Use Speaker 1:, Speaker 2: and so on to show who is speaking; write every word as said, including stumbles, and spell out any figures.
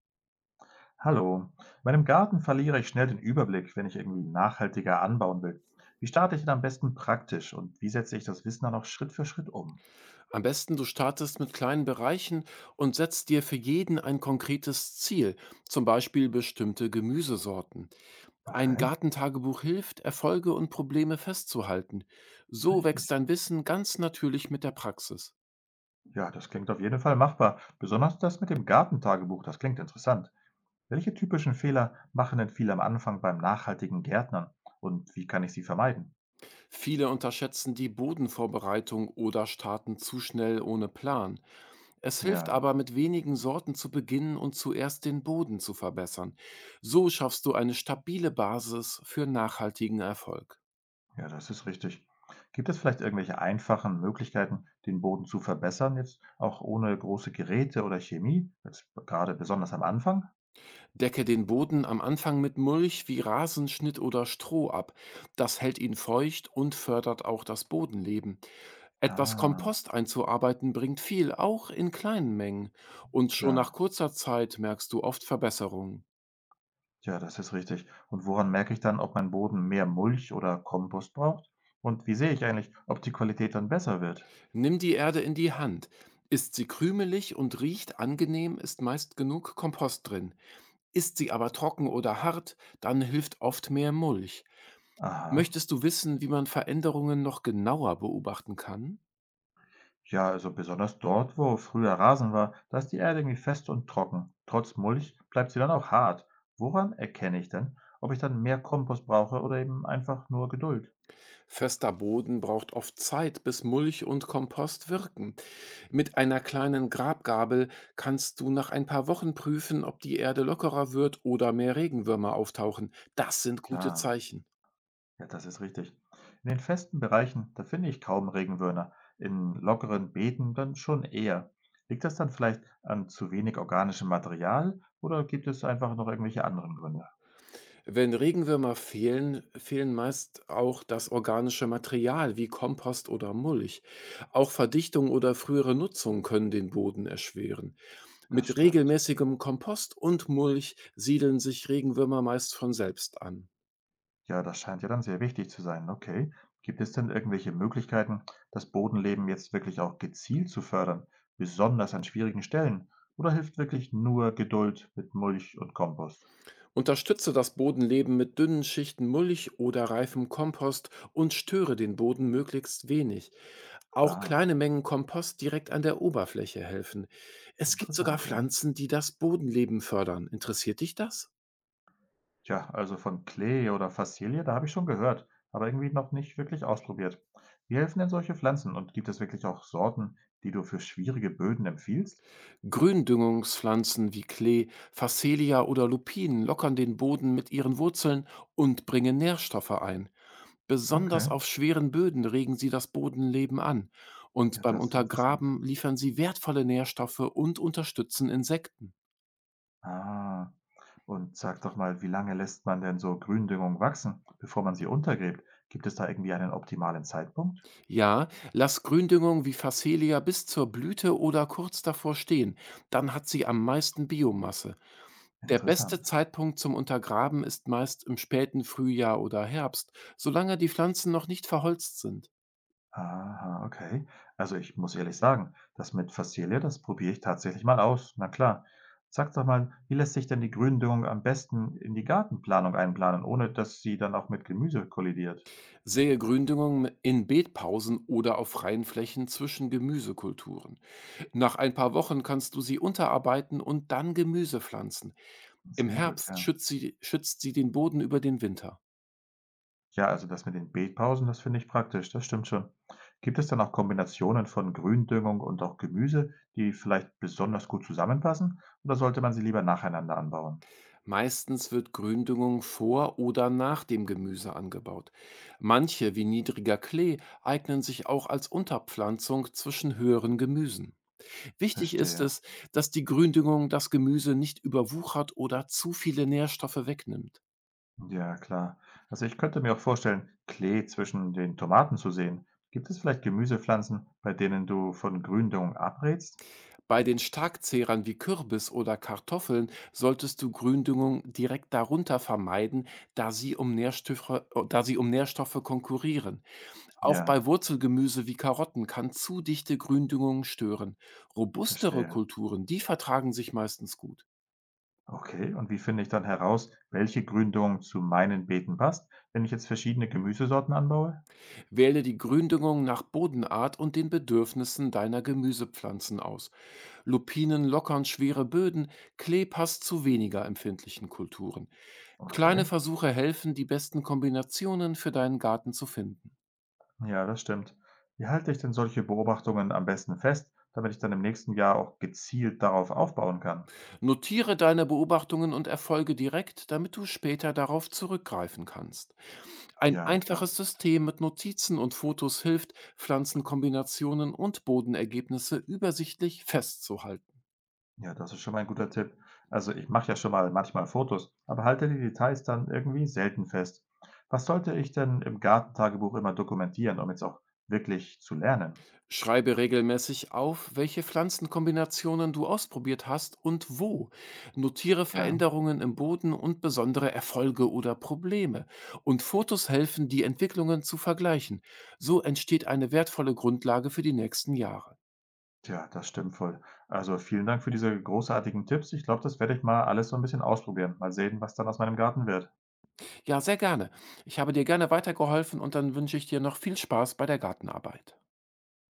Speaker 1: Hallo. In meinem Garten verliere ich schnell den Überblick, wenn ich irgendwie nachhaltiger anbauen will. Wie starte ich denn am besten praktisch und wie setze ich das Wissen dann auch Schritt für Schritt um?
Speaker 2: Am besten, du startest mit kleinen Bereichen und setzt dir für jeden ein konkretes Ziel, zum Beispiel bestimmte Gemüsesorten. Ein
Speaker 1: Okay,
Speaker 2: Gartentagebuch hilft, Erfolge und Probleme festzuhalten. So
Speaker 1: richtig.
Speaker 2: wächst dein Wissen ganz natürlich mit der Praxis.
Speaker 1: Ja, das klingt auf jeden Fall machbar. Besonders das mit dem Gartentagebuch, das klingt interessant. Welche typischen Fehler machen denn viele am Anfang beim nachhaltigen Gärtnern und wie kann ich sie vermeiden?
Speaker 2: Viele unterschätzen die Bodenvorbereitung oder starten zu schnell ohne Plan. Es hilft
Speaker 1: Ja.
Speaker 2: aber, mit wenigen Sorten zu beginnen und zuerst den Boden zu verbessern. So schaffst du eine stabile Basis für nachhaltigen Erfolg.
Speaker 1: Ja, das ist richtig. Gibt es vielleicht irgendwelche einfachen Möglichkeiten, den Boden zu verbessern, jetzt auch ohne große Geräte oder Chemie? Jetzt gerade besonders am Anfang?
Speaker 2: Decke den Boden am Anfang mit Mulch wie Rasenschnitt oder Stroh ab. Das hält ihn feucht und fördert auch das Bodenleben. Etwas
Speaker 1: Ah,
Speaker 2: Kompost einzuarbeiten bringt viel, auch in kleinen Mengen. Und schon nach
Speaker 1: klar.
Speaker 2: kurzer Zeit merkst du oft Verbesserungen.
Speaker 1: Ja, das ist richtig. Und woran merke ich dann, ob mein Boden mehr Mulch oder Kompost braucht? Und wie sehe ich eigentlich, ob die Qualität dann besser wird?
Speaker 2: Nimm die Erde in die Hand. Ist sie krümelig und riecht angenehm, ist meist genug Kompost drin. Ist sie aber trocken oder hart, dann hilft oft mehr Mulch.
Speaker 1: Aha.
Speaker 2: Möchtest du wissen, wie man Veränderungen noch genauer beobachten kann?
Speaker 1: Ja, also besonders dort, wo früher Rasen war, da ist die Erde irgendwie fest und trocken. Trotz Mulch bleibt sie dann auch hart. Woran erkenne ich denn, ob ich dann mehr Kompost brauche oder eben einfach nur Geduld?
Speaker 2: Fester Boden braucht oft Zeit, bis Mulch und Kompost wirken. Mit einer kleinen Grabgabel kannst du nach ein paar Wochen prüfen, ob die Erde lockerer wird oder mehr Regenwürmer auftauchen. Das sind gute
Speaker 1: Klar,
Speaker 2: Zeichen.
Speaker 1: ja, das ist richtig. In den festen Bereichen, da finde ich kaum Regenwürmer. In lockeren Beeten dann schon eher. Liegt das dann vielleicht an zu wenig organischem Material oder gibt es einfach noch irgendwelche anderen Gründe?
Speaker 2: Wenn Regenwürmer fehlen, fehlen meist auch das organische Material wie Kompost oder Mulch. Auch Verdichtung oder frühere Nutzung können den Boden erschweren.
Speaker 1: Das
Speaker 2: Mit
Speaker 1: stimmt.
Speaker 2: regelmäßigem Kompost und Mulch siedeln sich Regenwürmer meist von selbst an.
Speaker 1: Ja, das scheint ja dann sehr wichtig zu sein. Okay. Gibt es denn irgendwelche Möglichkeiten, das Bodenleben jetzt wirklich auch gezielt zu fördern, besonders an schwierigen Stellen? Oder hilft wirklich nur Geduld mit Mulch und Kompost?
Speaker 2: Unterstütze das Bodenleben mit dünnen Schichten Mulch oder reifem Kompost und störe den Boden möglichst wenig. Auch
Speaker 1: Ah,
Speaker 2: kleine Mengen Kompost direkt an der Oberfläche helfen. Es gibt sogar
Speaker 1: interessant, ja.
Speaker 2: Pflanzen, die das Bodenleben fördern. Interessiert dich das?
Speaker 1: Tja, also von Klee oder Fassilie, da habe ich schon gehört, aber irgendwie noch nicht wirklich ausprobiert. Wie helfen denn solche Pflanzen und gibt es wirklich auch Sorten, die du für schwierige Böden empfiehlst?
Speaker 2: Gründüngungspflanzen wie Klee, Phacelia oder Lupinen lockern den Boden mit ihren Wurzeln und bringen Nährstoffe ein. Besonders
Speaker 1: Okay,
Speaker 2: auf schweren Böden regen sie das Bodenleben an und
Speaker 1: ja,
Speaker 2: beim
Speaker 1: das ist interessant.
Speaker 2: Untergraben liefern sie wertvolle Nährstoffe und unterstützen Insekten.
Speaker 1: Ah, und sag doch mal, wie lange lässt man denn so Gründüngung wachsen, bevor man sie untergräbt? Gibt es da irgendwie einen optimalen Zeitpunkt?
Speaker 2: Ja, lass Gründüngung wie Phacelia bis zur Blüte oder kurz davor stehen, dann hat sie am meisten Biomasse. Der beste
Speaker 1: Interessant.
Speaker 2: Zeitpunkt zum Untergraben ist meist im späten Frühjahr oder Herbst, solange die Pflanzen noch nicht verholzt sind.
Speaker 1: Aha, okay. Also ich muss ehrlich sagen, das mit Fassilie, das probiere ich tatsächlich mal aus. Na klar. Sag doch mal, wie lässt sich denn die Gründüngung am besten in die Gartenplanung einplanen, ohne dass sie dann auch mit Gemüse kollidiert?
Speaker 2: Sähe Gründüngung in Beetpausen oder auf freien Flächen zwischen Gemüsekulturen. Nach ein paar Wochen kannst du sie unterarbeiten und dann Gemüse pflanzen. Im
Speaker 1: Sehr gut,
Speaker 2: Herbst
Speaker 1: ja.
Speaker 2: schützt sie, schützt sie den Boden über den Winter.
Speaker 1: Ja, also das mit den Beetpausen, das finde ich praktisch, das stimmt schon. Gibt es dann auch Kombinationen von Gründüngung und auch Gemüse, die vielleicht besonders gut zusammenpassen? Oder sollte man sie lieber nacheinander anbauen?
Speaker 2: Meistens wird Gründüngung vor oder nach dem Gemüse angebaut. Manche, wie niedriger Klee, eignen sich auch als Unterpflanzung zwischen höheren Gemüsen. Wichtig ist
Speaker 1: Verstehe.
Speaker 2: es, dass die Gründüngung das Gemüse nicht überwuchert oder zu viele Nährstoffe wegnimmt.
Speaker 1: Ja, klar. Also ich könnte mir auch vorstellen, Klee zwischen den Tomaten zu sehen. Gibt es vielleicht Gemüsepflanzen, bei denen du von Gründüngung abrätst?
Speaker 2: Bei den Starkzehrern wie Kürbis oder Kartoffeln solltest du Gründüngung direkt darunter vermeiden, da sie um Nährstoffe, da sie um Nährstoffe konkurrieren. Auch
Speaker 1: Ja,
Speaker 2: bei Wurzelgemüse wie Karotten kann zu dichte Gründüngung stören. Robustere
Speaker 1: verstehe.
Speaker 2: Kulturen, die vertragen sich meistens gut.
Speaker 1: Okay, und wie finde ich dann heraus, welche Gründüngung zu meinen Beeten passt, wenn ich jetzt verschiedene Gemüsesorten anbaue?
Speaker 2: Wähle die Gründüngung nach Bodenart und den Bedürfnissen deiner Gemüsepflanzen aus. Lupinen lockern schwere Böden, Klee passt zu weniger empfindlichen Kulturen. Kleine
Speaker 1: Okay.
Speaker 2: Versuche helfen, die besten Kombinationen für deinen Garten zu finden.
Speaker 1: Ja, das stimmt. Wie halte ich denn solche Beobachtungen am besten fest, damit ich dann im nächsten Jahr auch gezielt darauf aufbauen kann?
Speaker 2: Notiere deine Beobachtungen und Erfolge direkt, damit du später darauf zurückgreifen kannst. Ein
Speaker 1: Ja, klar.
Speaker 2: einfaches System mit Notizen und Fotos hilft, Pflanzenkombinationen und Bodenergebnisse übersichtlich festzuhalten.
Speaker 1: Ja, das ist schon mal ein guter Tipp. Also ich mache ja schon mal manchmal Fotos, aber halte die Details dann irgendwie selten fest. Was sollte ich denn im Gartentagebuch immer dokumentieren, um jetzt auch wirklich zu lernen?
Speaker 2: Schreibe regelmäßig auf, welche Pflanzenkombinationen du ausprobiert hast und wo. Notiere
Speaker 1: Ja,
Speaker 2: Veränderungen im Boden und besondere Erfolge oder Probleme. Und Fotos helfen, die Entwicklungen zu vergleichen. So entsteht eine wertvolle Grundlage für die nächsten Jahre.
Speaker 1: tja, das stimmt voll. Also vielen Dank für diese großartigen Tipps. Ich glaube, das werde ich mal alles so ein bisschen ausprobieren. Mal sehen, was dann aus meinem Garten wird.
Speaker 2: Ja, sehr gerne. Ich habe dir gerne weitergeholfen und dann wünsche ich dir noch viel Spaß bei der Gartenarbeit.